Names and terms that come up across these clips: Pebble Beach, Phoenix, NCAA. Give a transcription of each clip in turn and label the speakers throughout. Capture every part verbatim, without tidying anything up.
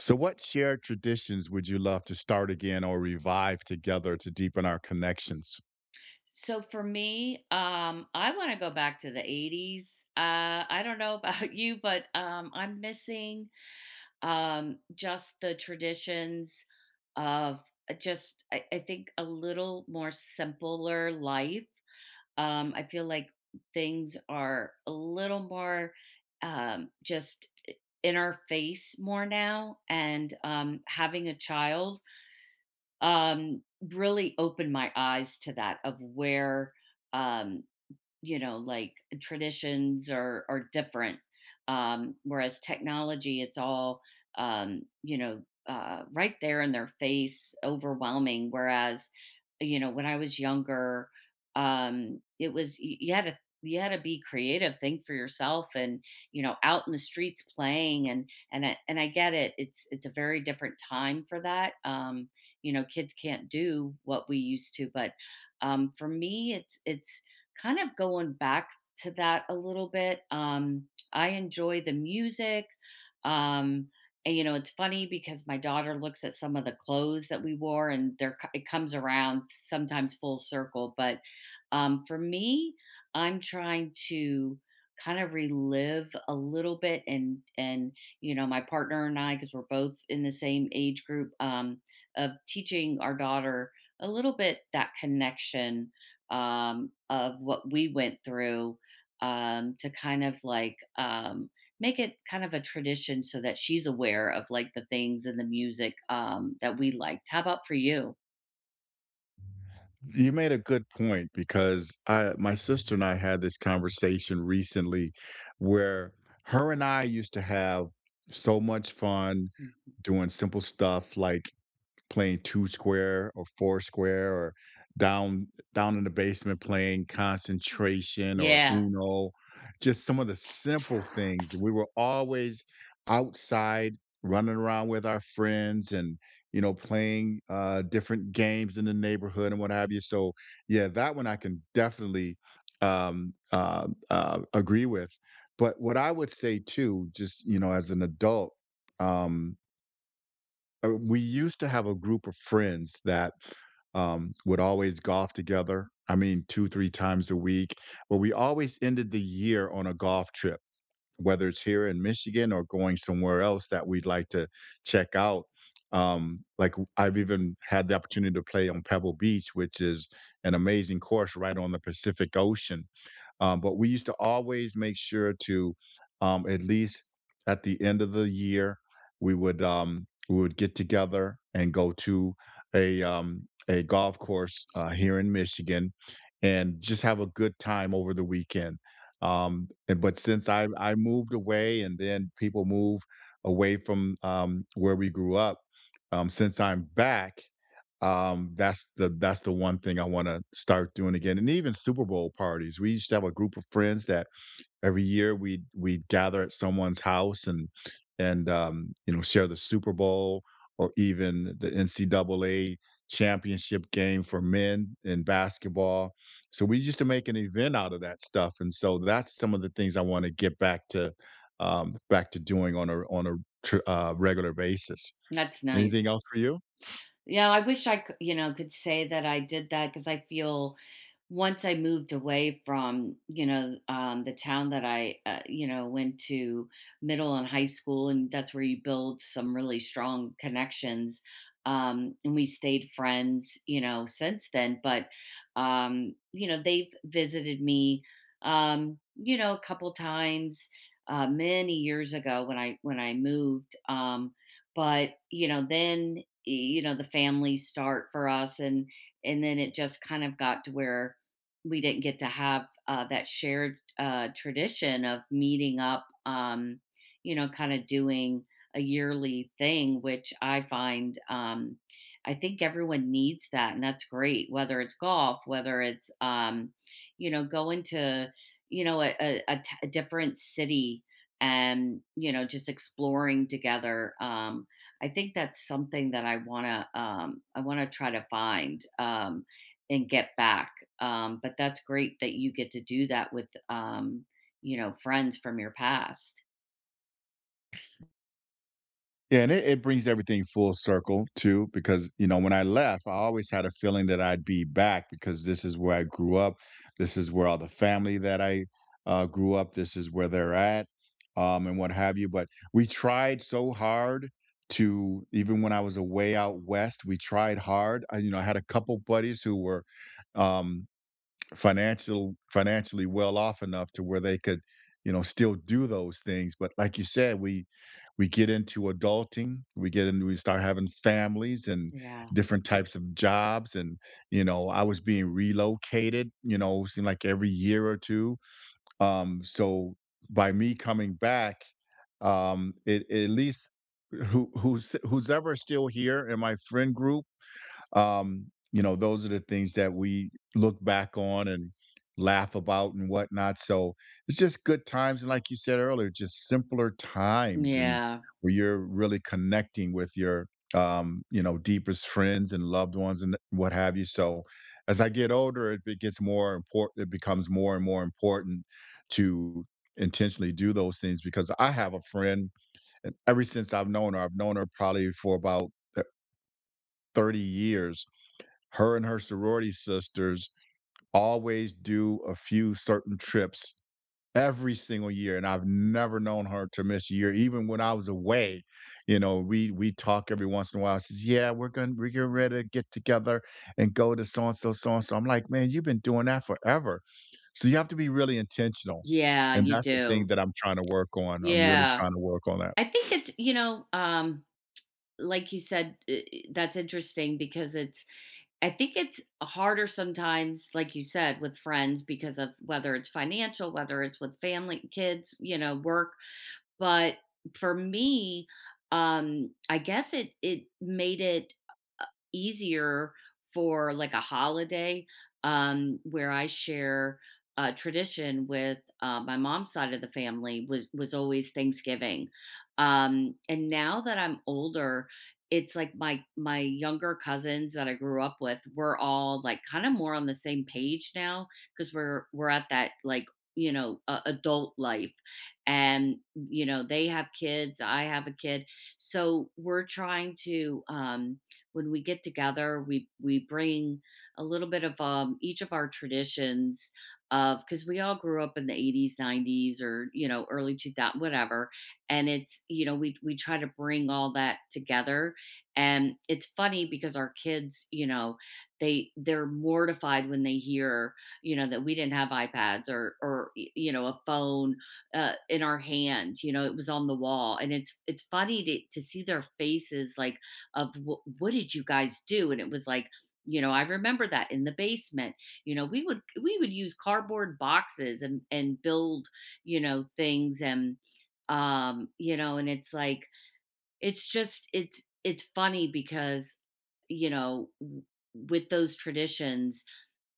Speaker 1: So, what shared traditions would you love to start again or revive together to deepen our connections?
Speaker 2: So for me, um, I want to go back to the eighties. Uh, I don't know about you, but um, I'm missing um, just the traditions of uh, just, I, I think, a little more simpler life. Um, I feel like things are a little more um, just in our face more now. And um, having a child um, really opened my eyes to that of where um you know, like traditions are are different. Um, whereas technology, it's all um, you know, uh, right there in their face, overwhelming. Whereas, you know, when I was younger, um, it was y- you had to you had to be creative, think for yourself, and you know, out in the streets playing, and and I, and I get it. It's it's a very different time for that. Um, you know, kids can't do what we used to, but um, for me, it's it's kind of going back to that a little bit. Um, I enjoy the music. Um, and you know, it's funny because my daughter looks at some of the clothes that we wore, and there it comes around sometimes full circle. But um, for me, I'm trying to kind of relive a little bit, and and you know, my partner and I, because we're both in the same age group, um, of teaching our daughter a little bit that connection um, of what we went through um, to kind of like um, make it kind of a tradition so that she's aware of like the things and the music um, that we liked. How about for you?
Speaker 1: You made a good point because I, my sister and I had this conversation recently where her and I used to have so much fun
Speaker 2: Mm.
Speaker 1: doing simple stuff like playing two square or four square or down down in the basement playing concentration or
Speaker 2: Yeah,
Speaker 1: uno. Just some of the simple things. We were always outside running around with our friends and you know playing uh different games in the neighborhood and what have you. So yeah, that one I can definitely um uh, uh agree with. But what I would say too, just you know, as an adult, um uh, we used to have a group of friends that um, would always golf together. I mean, two, three times a week, but we always ended the year on a golf trip, whether it's here in Michigan or going somewhere else that we'd like to check out. Um, like, w I've even had the opportunity to play on Pebble Beach, which is an amazing course right on the Pacific Ocean. Um, but we used to always make sure to, um, at least at the end of the year, we would um, we would get together and go to a um, a golf course uh, here in Michigan, and just have a good time over the weekend. Um, and, but since I I moved away, and then people move away from um, where we grew up, um, since I'm back, um, that's the that's the one thing I wanna start doing again. And even Super Bowl parties. We used to have a group of friends that every year we would we'd we'd gather at someone's house and and, um, you know, share the Super Bowl or even the N C double A championship game for men in basketball. So we used to make an event out of that stuff, and so that's some of the things I wanna get back to, um, back to doing on a on a tr uh, regular basis.
Speaker 2: that's nice.
Speaker 1: Anything else for you?
Speaker 2: Yeah, I wish I c you know, could say that I did that because I feel once I moved away from, you know, um, the town that I uh, you know, went to middle and high school, and that's where you build some really strong connections, um, and we stayed friends, you know, since then. But um, you know, they've visited me, um, you know, a couple times, uh, many years ago when I when I moved, um, but, you know, then you know, the family start for us, and and then it just kind of got to where we didn't get to have, uh, that shared, uh, tradition of meeting up, um, you know, kinda doing a yearly thing, which I find, um, I think everyone needs that, and that's great, whether it's golf, whether it's, um, you know, going to, you know, a a a t a different city and, you know, just exploring together, um, I think that's something that I wanna um, I wanna try to find um, and get back. Um, but that's great that you get to do that with um, you know friends from your past.
Speaker 1: Yeah, and it, it brings everything full circle too, because you know when I left, I always had a feeling that I'd be back because this is where I grew up, this is where all the family that I uh, grew up, this is where they're at, um, and what have you. But we tried so hard to, even when I was away out west, we tried hard. I, you know, I had a couple buddies who were um, financial financially well off enough to where they could, you know, still do those things. But like you said, we we get into adulting, we get into, we start having families and
Speaker 2: Yeah.
Speaker 1: different types of jobs. And you know, I was being relocated, you know, seemed like every year or two. Um, so by me coming back, um, it, it at least, who who's who's ever still here in my friend group, um, you know, those are the things that we look back on and laugh about and whatnot. So it's just good times. And like you said earlier, just simpler times, and
Speaker 2: Yeah.
Speaker 1: where you're really connecting with your, um, you know, deepest friends and loved ones and what have you. So as I get older, it, it gets more important. It becomes more and more important to intentionally do those things, because I have a friend, and ever since I've known her, I've known her probably for about uh, thirty years. Her and her sorority sisters always do a few certain trips every single year, and I've never known her to miss a year, even when I was away. You know, we we talk every once in a while. She says yeah, we're going to, we're getting ready to get together and go to so and so, so and so. I'm like, man, you've been doing that forever. So you have to be really intentional,
Speaker 2: Yeah,
Speaker 1: and
Speaker 2: you
Speaker 1: that's the thing
Speaker 2: do.
Speaker 1: that I'm trying to work on. I'm really
Speaker 2: Yeah.
Speaker 1: trying to work on that.
Speaker 2: I think it's, you know, um, like you said, i- that's interesting because it's, I think it's harder sometimes, like you said, with friends because of whether it's financial, whether it's with family, kids, you know, work. But for me, um, I guess it it made it easier for like a holiday, um, where I share a tradition with uh, my mom's side of the family was was always Thanksgiving. Um, and now that I'm older, it's like my my younger cousins that I grew up with, we're all like kind of more on the same page now because we're we're at that like you know uh, adult life. And you know they have kids. I have a kid. So we're trying to, um when we get together, we we bring a little bit of um, each of our traditions of because we all grew up in the eighties, nineties, or you know, early two thousand, whatever. And it's you know, we we try to bring all that together, and it's funny because our kids, you know, they they're mortified when they hear you know that we didn't have iPads or or y- you know a phone uh, in our hand. You know, it was on the wall, and it's it's funny to to see their faces like of what what did you guys do? And it was like, you know, I remember that in the basement, you know, we would we would use cardboard boxes and and build, you know, things. And um, you know, and it's like it's just it's it's funny because you know w- with those traditions,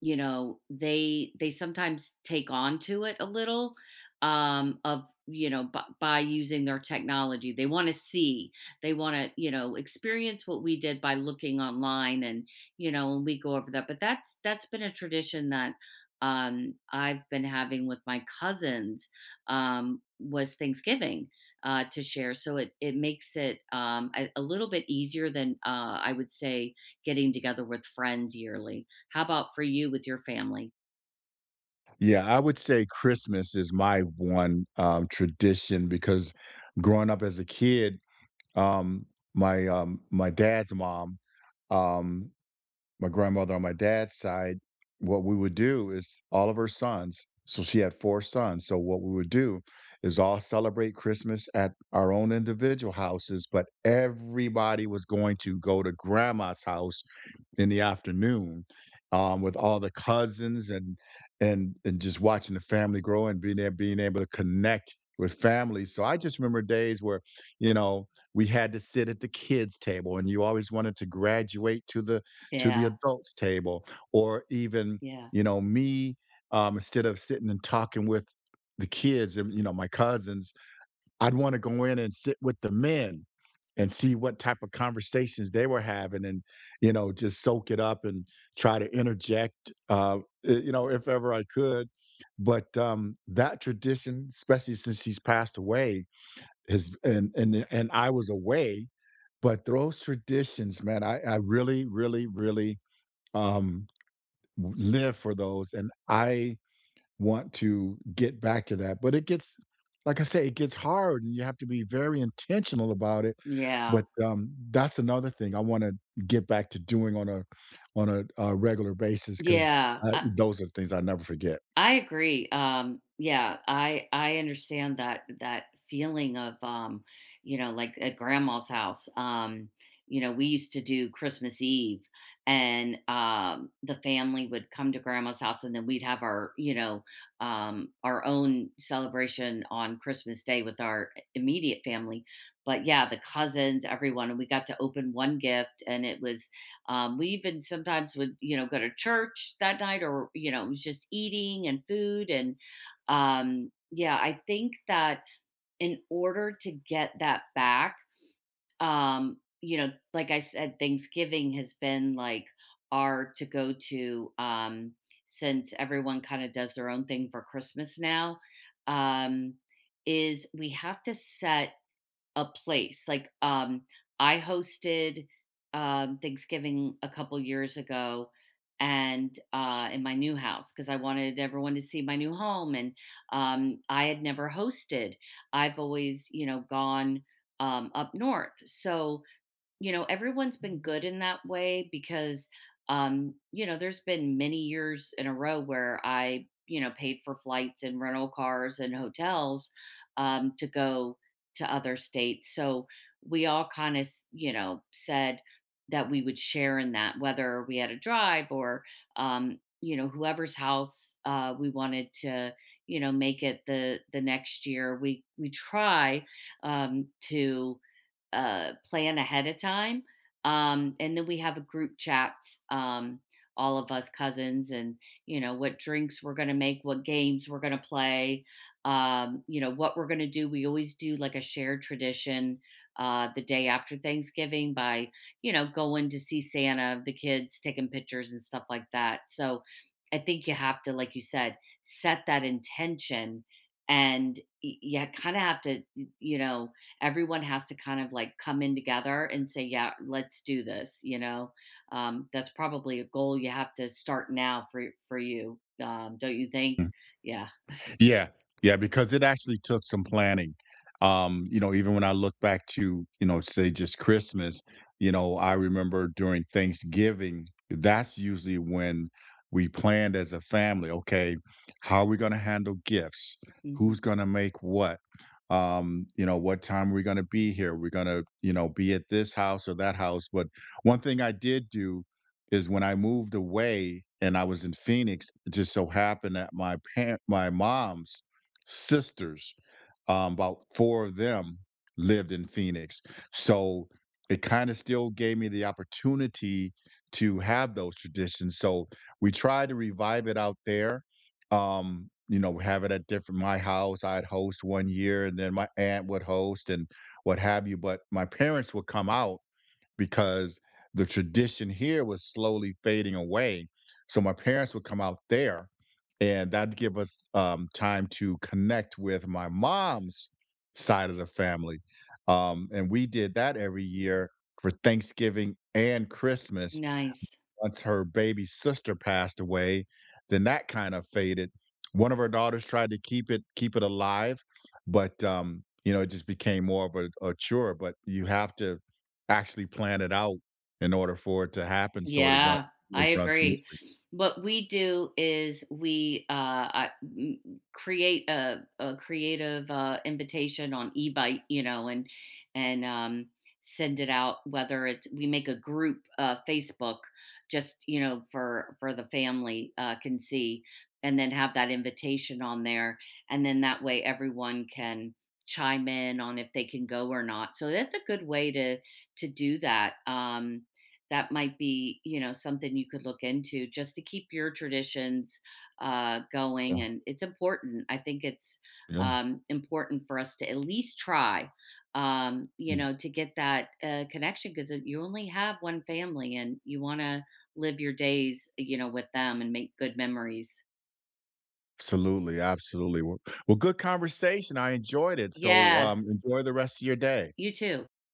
Speaker 2: you know, they they sometimes take on to it a little, um of you know b- by using their technology they want to see, they want to you know experience what we did by looking online. And you know and we go over that. But that's that's been a tradition that, um I've been having with my cousins, um was Thanksgiving uh to share. So it it makes it um a, a little bit easier than, uh I would say, getting together with friends yearly. How about for you with your family?
Speaker 1: Yeah, I would say Christmas is my one um, tradition, because growing up as a kid, Um, my um, my dad's mom, um, my grandmother on my dad's side, what we would do is all of her sons. So she had four sons. So what we would do is all celebrate Christmas at our own individual houses, but everybody was going to go to grandma's house in the afternoon, um, with all the cousins, and and and just watching the family grow and being there, being able to connect with family. So I just remember days where, you know, we had to sit at the kids' table, and you always wanted to graduate to the to the
Speaker 2: Yeah,
Speaker 1: adults' table, or even
Speaker 2: yeah,
Speaker 1: you know me, um, instead of sitting and talking with the kids and you know my cousins, I'd want to go in and sit with the men and see what type of conversations they were having, and you know, just soak it up and try to interject uh i- you know, if ever I could. But um that tradition, especially since she's passed away, has and and and I was away, but those traditions, man, i i really really really um w- live for those, and I want to get back to that. But it gets, like I say, it gets hard, and you have to be very intentional about it.
Speaker 2: yeah,
Speaker 1: But um, that's another thing I wanna get back to doing on a on a, uh, regular basis, because
Speaker 2: yeah. I,
Speaker 1: those are things I never forget.
Speaker 2: I agree. Um, yeah, I I understand that that feeling of, um, you know, like at grandma's house. Um, you know, we used to do Christmas Eve, and um, the family would come to grandma's house, and then we'd have our you know um, our own celebration on Christmas Day with our immediate family. But yeah, the cousins, everyone, and we got to open one gift, and it was Um, we even sometimes would, you know, go to church that night or, you know, it was just eating and food. And um, yeah, I think that in order to get that back, um, you know, like I said, Thanksgiving has been like our to go to, um, since everyone kind of does their own thing for Christmas now. Um, is we have to set a place. Like, um, I hosted, um, Thanksgiving a couple years ago, and uh, in my new house because I wanted everyone to see my new home, and um, I had never hosted. I've always, you know, gone um, up north, so you know, everyone's been good in that way because, um, you know, there's been many years in a row where I, you know, paid for flights and rental cars and hotels um, to go to other states. So we all kind of, you know, said that we would share in that, whether we had a drive or, um, you know, whoever's house, uh, we wanted to, you know, make it the the next year. We we try, um, to uh, plan ahead of time. Um, and then we have a group chats, um, all of us cousins, and you know what drinks we're gonna make, what games we're gonna play, um, you know what we're gonna do. We always do like a shared tradition uh, the day after Thanksgiving by, you know going to see Santa, the kids taking pictures and stuff like that. So I think you have to, like you said, set that intention, and y- you kind of have to, y- you know everyone has to kind of like come in together and say, yeah, let's do this. You know, um, that's probably a goal you have to start now for for you, um, don't you think? Yeah.
Speaker 1: Yeah. Yeah, because it actually took some planning. Um, you know, even when I look back to, you know, say just Christmas, you know, I remember during Thanksgiving, that's usually when we planned as a family. Okay, how are we going to handle gifts?
Speaker 2: Hmm.
Speaker 1: Who's going to make what? Um, you know, what time are we going to be here? We're going to, you know, be at this house or that house. But one thing I did do is when I moved away and I was in Phoenix, it just so happened that my parent, my mom's sisters, um, about four of them lived in Phoenix. So it kind of still gave me the opportunity to have those traditions. So we tried to revive it out there. Um, you know, have it at different my house. I'd host one year and then my aunt would host and what have you. But my parents would come out because the tradition here was slowly fading away. So my parents would come out there, and that'd give us um, time to connect with my mom's side of the family. Um, and we did that every year for Thanksgiving and Christmas.
Speaker 2: Nice.
Speaker 1: Once her baby sister passed away, then that kind of faded. One of her daughters tried to keep it keep it alive, but um, you know, it just became more of a a chore. But you have to actually plan it out in order for it to happen, so it runs,
Speaker 2: Yeah, I
Speaker 1: it runs
Speaker 2: agree.
Speaker 1: smoothly.
Speaker 2: What we do is we, uh, I- m- m- create a, a creative uh, invitation on eBite, you know, and and um, send it out. Whether it's we make a group, uh, Facebook, just, you know, for for the family uh, can see, and then have that invitation on there, and then that way everyone can chime in on if they can go or not. So that's a good way to to do that. Um, that might be, you know something you could look into just to keep your traditions uh, going.
Speaker 1: Yeah,
Speaker 2: And it's important, I think. It's,
Speaker 1: yeah.
Speaker 2: um, important for us to at least try, um, you
Speaker 1: Mm.
Speaker 2: know to get that uh, connection, because you only have one family and you want to live your days, you know with them, and make good memories.
Speaker 1: Absolutely, absolutely. Well, well, good conversation, I enjoyed it. So
Speaker 2: Yes,
Speaker 1: um, enjoy the rest of your day.
Speaker 2: you too.